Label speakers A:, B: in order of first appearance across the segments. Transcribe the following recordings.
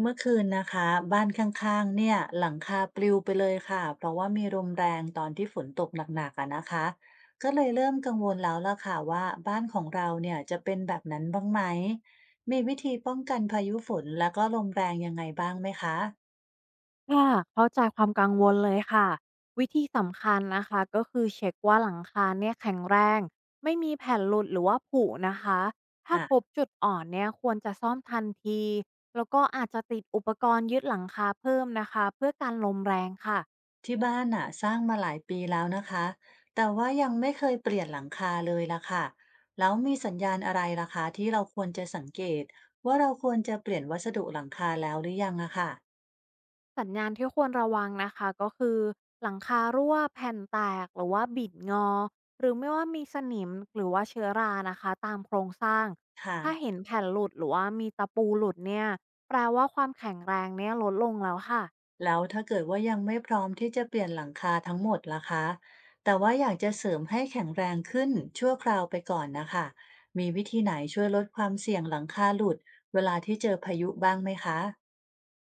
A: เมื่อคืนนะคะบ้านข้างๆเนี่ยหลังคาปลิวไปเลยค่ะเพราะว่ามีลมแรงตอนที่ฝนตกหนักๆอะนะคะก็เลยเริ่มกังวลแล้วล่ะค่ะว่าบ้านของเราเนี่ยจะเป็นแบบนั้นบ้างไหมมีวิธีป้องกันพายุฝนแล้วก็ลมแรงยังไงบ้างไหมคะ
B: ค่ะเข้าใจความกังวลเลยค่ะวิธีสำคัญนะคะก็คือเช็คว่าหลังคาเนี่ยแข็งแรงไม่มีแผ่นหลุดหรือว่าผุนะคะถ้า
A: ค่ะ
B: พบจุดอ่อนเนี่ยควรจะซ่อมทันทีแล้วก็อาจจะติดอุปกรณ์ยึดหลังคาเพิ่มนะคะเพื่อการลมแรงค่ะ
A: ที่บ้านน่ะสร้างมาหลายปีแล้วนะคะแต่ว่ายังไม่เคยเปลี่ยนหลังคาเลยล่ะค่ะแล้วมีสัญญาณอะไรล่ะคะที่เราควรจะสังเกตว่าเราควรจะเปลี่ยนวัสดุหลังคาแล้วหรือยังอะค่ะ
B: สัญญาณที่ควรระวังนะคะก็คือหลังคารั่วแผ่นแตกหรือว่าบิดงอหรือไม่ว่ามีสนิมหรือว่าเชื้อรานะคะตามโครงสร้าง
A: ค่ะ
B: ถ้าเห็นแผ่นหลุดหรือว่ามีตะปูหลุดเนี่ยแปลว่าความแข็งแรงเนี่ยลดลงแล้วค่ะ
A: แล้วถ้าเกิดว่ายังไม่พร้อมที่จะเปลี่ยนหลังคาทั้งหมดล่ะคะแต่ว่าอยากจะเสริมให้แข็งแรงขึ้นชั่วคราวไปก่อนนะคะมีวิธีไหนช่วยลดความเสี่ยงหลังคาหลุดเวลาที่เจอพายุบ้างไหมคะ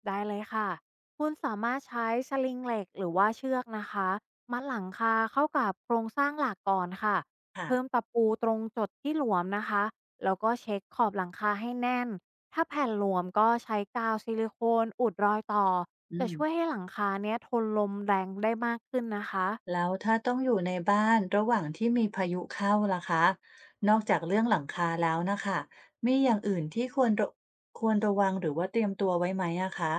B: ได้เลยค่ะคุณสามารถใช้สลิงเหล็กหรือว่าเชือกนะคะมัดหลังคาเข้ากับโครงสร้างหลักก่อนค่ะ
A: ค่ะ
B: เพิ่มตะปูตรงจุดที่หลวมนะคะแล้วก็เช็คขอบหลังคาให้แน่นถ้าแผ่นหลวมก็ใช้กาวซิลิโคนอุดรอยต่อ
A: อื
B: จะ
A: ม
B: ช่วยให้หลังคาเนี้ยทนลมแรงได้มากขึ้นนะคะ
A: แล้วถ้าต้องอยู่ในบ้านระหว่างที่มีพายุเข้าล่ะคะนอกจากเรื่องหลังคาแล้วนะคะมีอย่างอื่นที่ควรระวังหรือว่าเตรียมตัวไว้ไหมอะคะ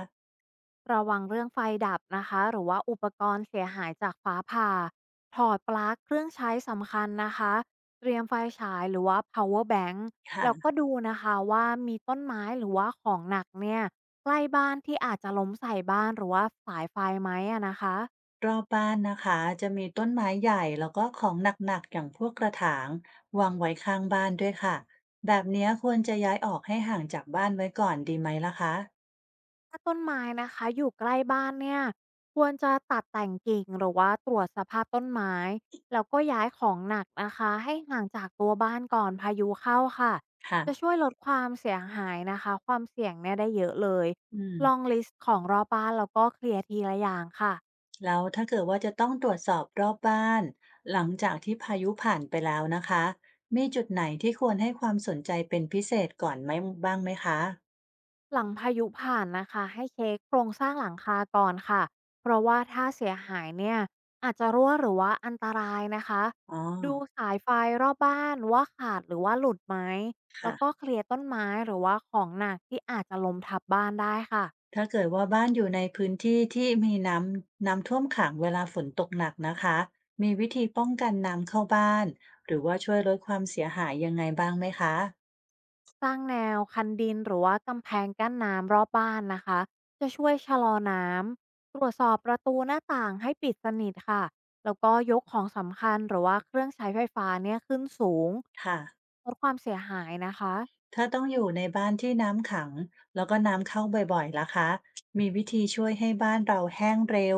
B: ระวังเรื่องไฟดับนะคะหรือว่าอุปกรณ์เสียหายจากฟ้าผ่าถอดปลั๊กเครื่องใช้สำคัญนะคะเตรียมไฟฉายหรือว่า power bank แล้ว
A: ค่ะ
B: ก็ดูนะคะว่ามีต้นไม้หรือว่าของหนักเนี่ยใกล้บ้านที่อาจจะล้มใส่บ้านหรือว่าสายไฟไหมอะนะคะ
A: รอบบ้านนะคะจะมีต้นไม้ใหญ่แล้วก็ของหนักๆอย่างพวกกระถางวางไว้ข้างบ้านด้วยค่ะแบบเนี้ยควรจะย้ายออกให้ห่างจากบ้านไว้ก่อนดีไหมล่ะคะ
B: ถ้าต้นไม้นะคะอยู่ใกล้บ้านเนี่ยควรจะตัดแต่งกิ่งหรือว่าตรวจสภาพต้นไม้แล้วก็ย้ายของหนักนะคะให้ห่างจากตัวบ้านก่อนพายุเข้าค่ะจะช่
A: ค่ะ
B: วยลดความเสียหายนะคะความเสี่ยงเนี่ยได้เยอะเลย
A: อืม
B: ลองลิสต์ของรอบบ้านแล้วก็เคลียร์ทีละอย่างค่ะ
A: แล้วถ้าเกิดว่าจะต้องตรวจสอบรอบบ้านหลังจากที่พายุผ่านไปแล้วนะคะมีจุดไหนที่ควรให้ความสนใจเป็นพิเศษก่อนไหมคะ
B: หลังพายุผ่านนะคะให้เช็คโครงสร้างหลังคาก่อนค่ะเพราะว่าถ้าเสียหายเนี่ยอาจจะรั่วหรือว่าอันตรายนะคะ
A: อ๋อ
B: ดูสายไฟรอบบ้านว่าขาดหรือว่าหลุดไหมแล้
A: ค่ะ
B: วก็เคลียร์ต้นไม้หรือว่าของหนักที่อาจจะล้มทับบ้านได้ค่ะ
A: ถ้าเกิดว่าบ้านอยู่ในพื้นที่ที่มีน้ำท่วมขังเวลาฝนตกหนักนะคะ มีวิธีป้องกันน้ำเข้าบ้านหรือว่าช่วยลดความเสียหายยังไงบ้างไหมคะ
B: สร้างแนวคันดินหรือว่ากำแพงกั้นน้ำรอบบ้านนะคะ จะช่วยชะลอน้ำ ตรวจสอบประตูหน้าต่างให้ปิดสนิทค่ะ แล้วก็ยกของสำคัญหรือว่าเครื่องใช้ไฟฟ้าเนี่ยขึ้นสูง
A: ค่ะ
B: ลดความเสียหายนะคะ
A: ถ้าต้องอยู่ในบ้านที่น้ำขังแล้วก็น้ำเข้าบ่อยๆล่ะคะมีวิธีช่วยให้บ้านเราแห้งเร็ว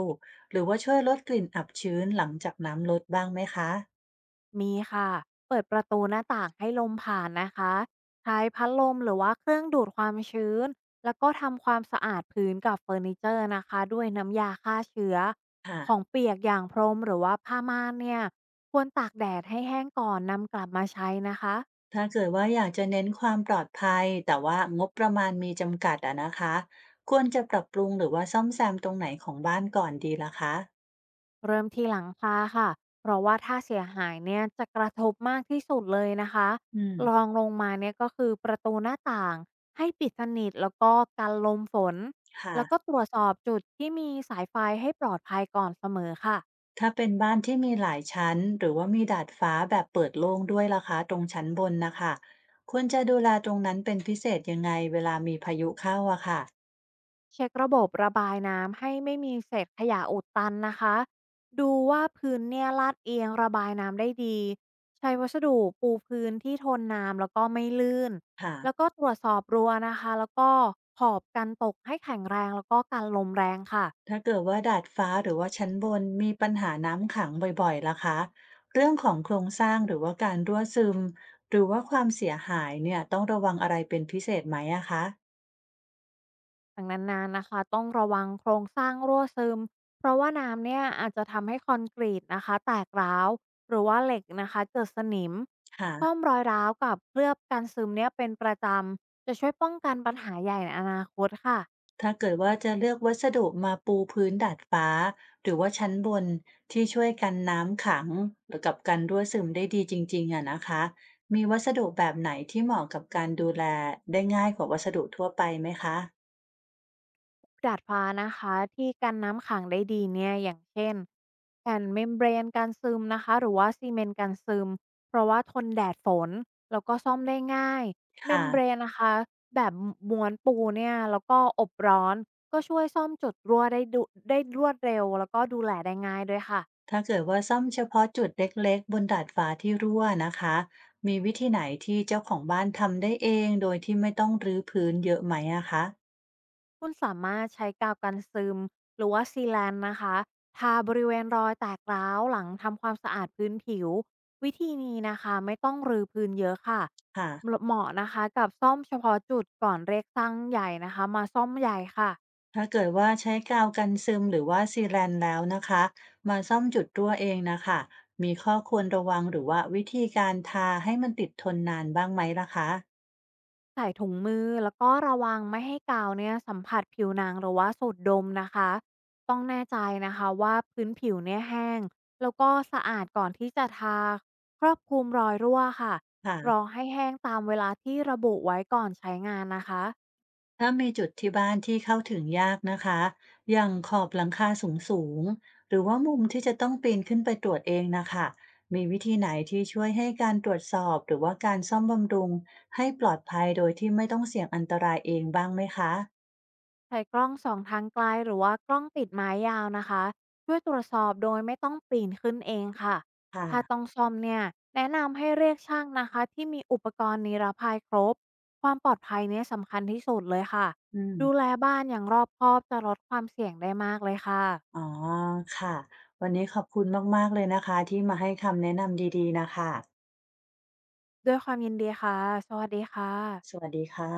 A: หรือว่าช่วยลดกลิ่นอับชื้นหลังจากน้ำลดบ้างไหมคะ
B: มีค่ะ เปิดประตูหน้าต่างให้ลมผ่านนะคะ ใช้พัดลมหรือว่าเครื่องดูดความชื้น แล้วก็ทำความสะอาดพื้นกับเฟอร์นิเจอร์นะคะด้วยน้ำยาฆ่าเชื้อของ
A: ค่ะ
B: เปียกอย่างพรมหรือว่าผ้าม่านเนี่ยควรตากแดดให้แห้งก่อนนำกลับมาใช้นะคะ
A: ถ้าเกิดว่าอยากจะเน้นความปลอดภัยแต่ว่างบประมาณมีจำกัดอะนะคะควรจะปรับปรุงหรือว่าซ่อมแซมตรงไหนของบ้านก่อนดีล่ะคะ
B: เริ่มที่หลังคาค่ะ เพราะว่าถ้าเสียหายเนี่ยจะกระทบมากที่สุดเลยนะคะ
A: อืม
B: รองลงมาเนี่ยก็คือประตูหน้าต่างให้ปิดสนิทแล้วก็กันลมฝน
A: ค่ะ
B: แล้วก็ตรวจสอบจุดที่มีสายไฟให้ปลอดภัยก่อนเสมอค่ะ
A: ถ้าเป็นบ้านที่มีหลายชั้นหรือว่ามีดาดฟ้าแบบเปิดโล่งด้วยล่ะคะตรงชั้นบนนะคะควรจะดูแลตรงนั้นเป็นพิเศษยังไงเวลามีพายุเข้าอะค่ะ
B: เช็คระบบระบายน้ำให้ไม่มีเศษขยะอุดตันนะคะ ดูว่าพื้นเนี่ยลาดเอียงระบายน้ำได้ดี ใช้วัสดุปูพื้นที่ทนน้ำแล้วก็ไม่ลื่น
A: ค่ะ
B: แล้วก็ตรวจสอบรั้วนะคะแล้วก็ขอบกันตกให้แข็งแรงแล้วก็กันลมแรงค่ะ
A: ถ้าเกิดว่าดาดฟ้าหรือว่าชั้นบนมีปัญหาน้ำขังบ่อยๆล่ะคะเรื่องของโครงสร้างหรือว่าการรั่วซึมหรือว่าความเสียหายเนี่ยต้องระวังอะไรเป็นพิเศษไหมอะคะ
B: ถังนานๆนะคะต้องระวังโครงสร้างรั่วซึมเพราะว่าน้ำเนี่ยอาจจะทำให้คอนกรีตนะคะแตกร้าวหรือว่าเหล็กนะคะเกิดสนิมซ่อม
A: ค่ะ
B: รอยร้าวกับเคลือบกันซึมเนี่ยเป็นประจำจะช่วยป้องกันปัญหาใหญ่ในอนาคตค่ะ
A: ถ้าเกิดว่าจะเลือกวัสดุมาปูพื้นดาดฟ้าหรือว่าชั้นบนที่ช่วยกันน้ำขังหรือกับการรั่วซึมได้ดีจริงๆอะนะคะมีวัสดุแบบไหนที่เหมาะกับการดูแลได้ง่ายกว่าวัสดุทั่วไปไหมคะ
B: ดาดฟ้านะคะที่กันน้ำขังได้ดีเนี่ยอย่างเช่นแผ่นเมมเบรนกันซึมนะคะหรือว่าซีเมนต์กันซึมเพราะว่าทนแดดฝนแล้วก็ซ่อมได้ง่ายเม
A: ค่ะ
B: มเบรนนะคะแบบม้วนปูเนี่ยแล้วก็อบร้อนก็ช่วยซ่อมจุดรั่วได้รวดเร็วแล้วก็ดูแลได้ง่ายด้วยค่ะ
A: ถ้าเกิดว่าซ่อมเฉพาะจุดเล็กๆบนดาดฟ้าที่รั่วนะคะ มีวิธีไหนที่เจ้าของบ้านทำได้เองโดยที่ไม่ต้องรื้อพื้นเยอะไหมอะคะ
B: คุณสามารถใช้กาวกันซึมหรือว่าซีแลนด์นะคะทาบริเวณรอยแตกร้าวหลังทำความสะอาดพื้นผิววิธีนี้นะคะไม่ต้องรื้อพื้นเยอะค่ะ
A: ค่ะ
B: เหมาะนะคะกับซ่อมเฉพาะจุดก่อนเรียกช่างใหญ่นะคะมาซ่อมใหญ่ค่ะ
A: ถ้าเกิดว่าใช้กาวกันซึมหรือว่าซีแลนแล้วนะคะ มาซ่อมจุดรั่วเองนะคะ มีข้อควรระวังหรือว่าวิธีการทาให้มันติดทนนานบ้างไหมล่ะคะ
B: ใส่ถุงมือแล้วก็ระวังไม่ให้กาวเนี่ยสัมผัสผิวหนังหรือว่าสูดดมนะคะต้องแน่ใจนะคะว่าพื้นผิวเนี่ยแห้งแล้วก็สะอาดก่อนที่จะทาครอบคลุมรอยรั่วค่ะรอ
A: ค่ะ
B: ให้แห้งตามเวลาที่ระบุไว้ก่อนใช้งานนะคะ
A: ถ้ามีจุดที่บ้านที่เข้าถึงยากนะคะอย่างขอบหลังคาสูงๆหรือว่ามุมที่จะต้องปีนขึ้นไปตรวจเองนะคะ มีวิธีไหนที่ช่วยให้การตรวจสอบหรือว่าการซ่อมบำรุงให้ปลอดภัยโดยที่ไม่ต้องเสี่ยงอันตรายเองบ้างไหมคะ
B: ใช้กล้องส่องทางไกลหรือว่ากล้องติดไม้ยาวนะคะช่วยตรวจสอบโดยไม่ต้องปีนขึ้นเองค่ะ
A: ค่ะ
B: ถ้าต้องซ่อมเนี่ยแนะนำให้เรียกช่างนะคะที่มีอุปกรณ์นิรภัยครบความปลอดภัยเนี่ยสำคัญที่สุดเลยค่ะ
A: อืม
B: ดูแลบ้านอย่างรอบคอบจะลดความเสี่ยงได้มากเลยค่ะ
A: อ๋อค่ะวันนี้ขอบคุณมากๆเลยนะคะที่มาให้คำแนะนำดีๆนะคะ
B: ด้วยความยินดีค่ะสวัสดีค่ะ
A: สวัสดีค่ะ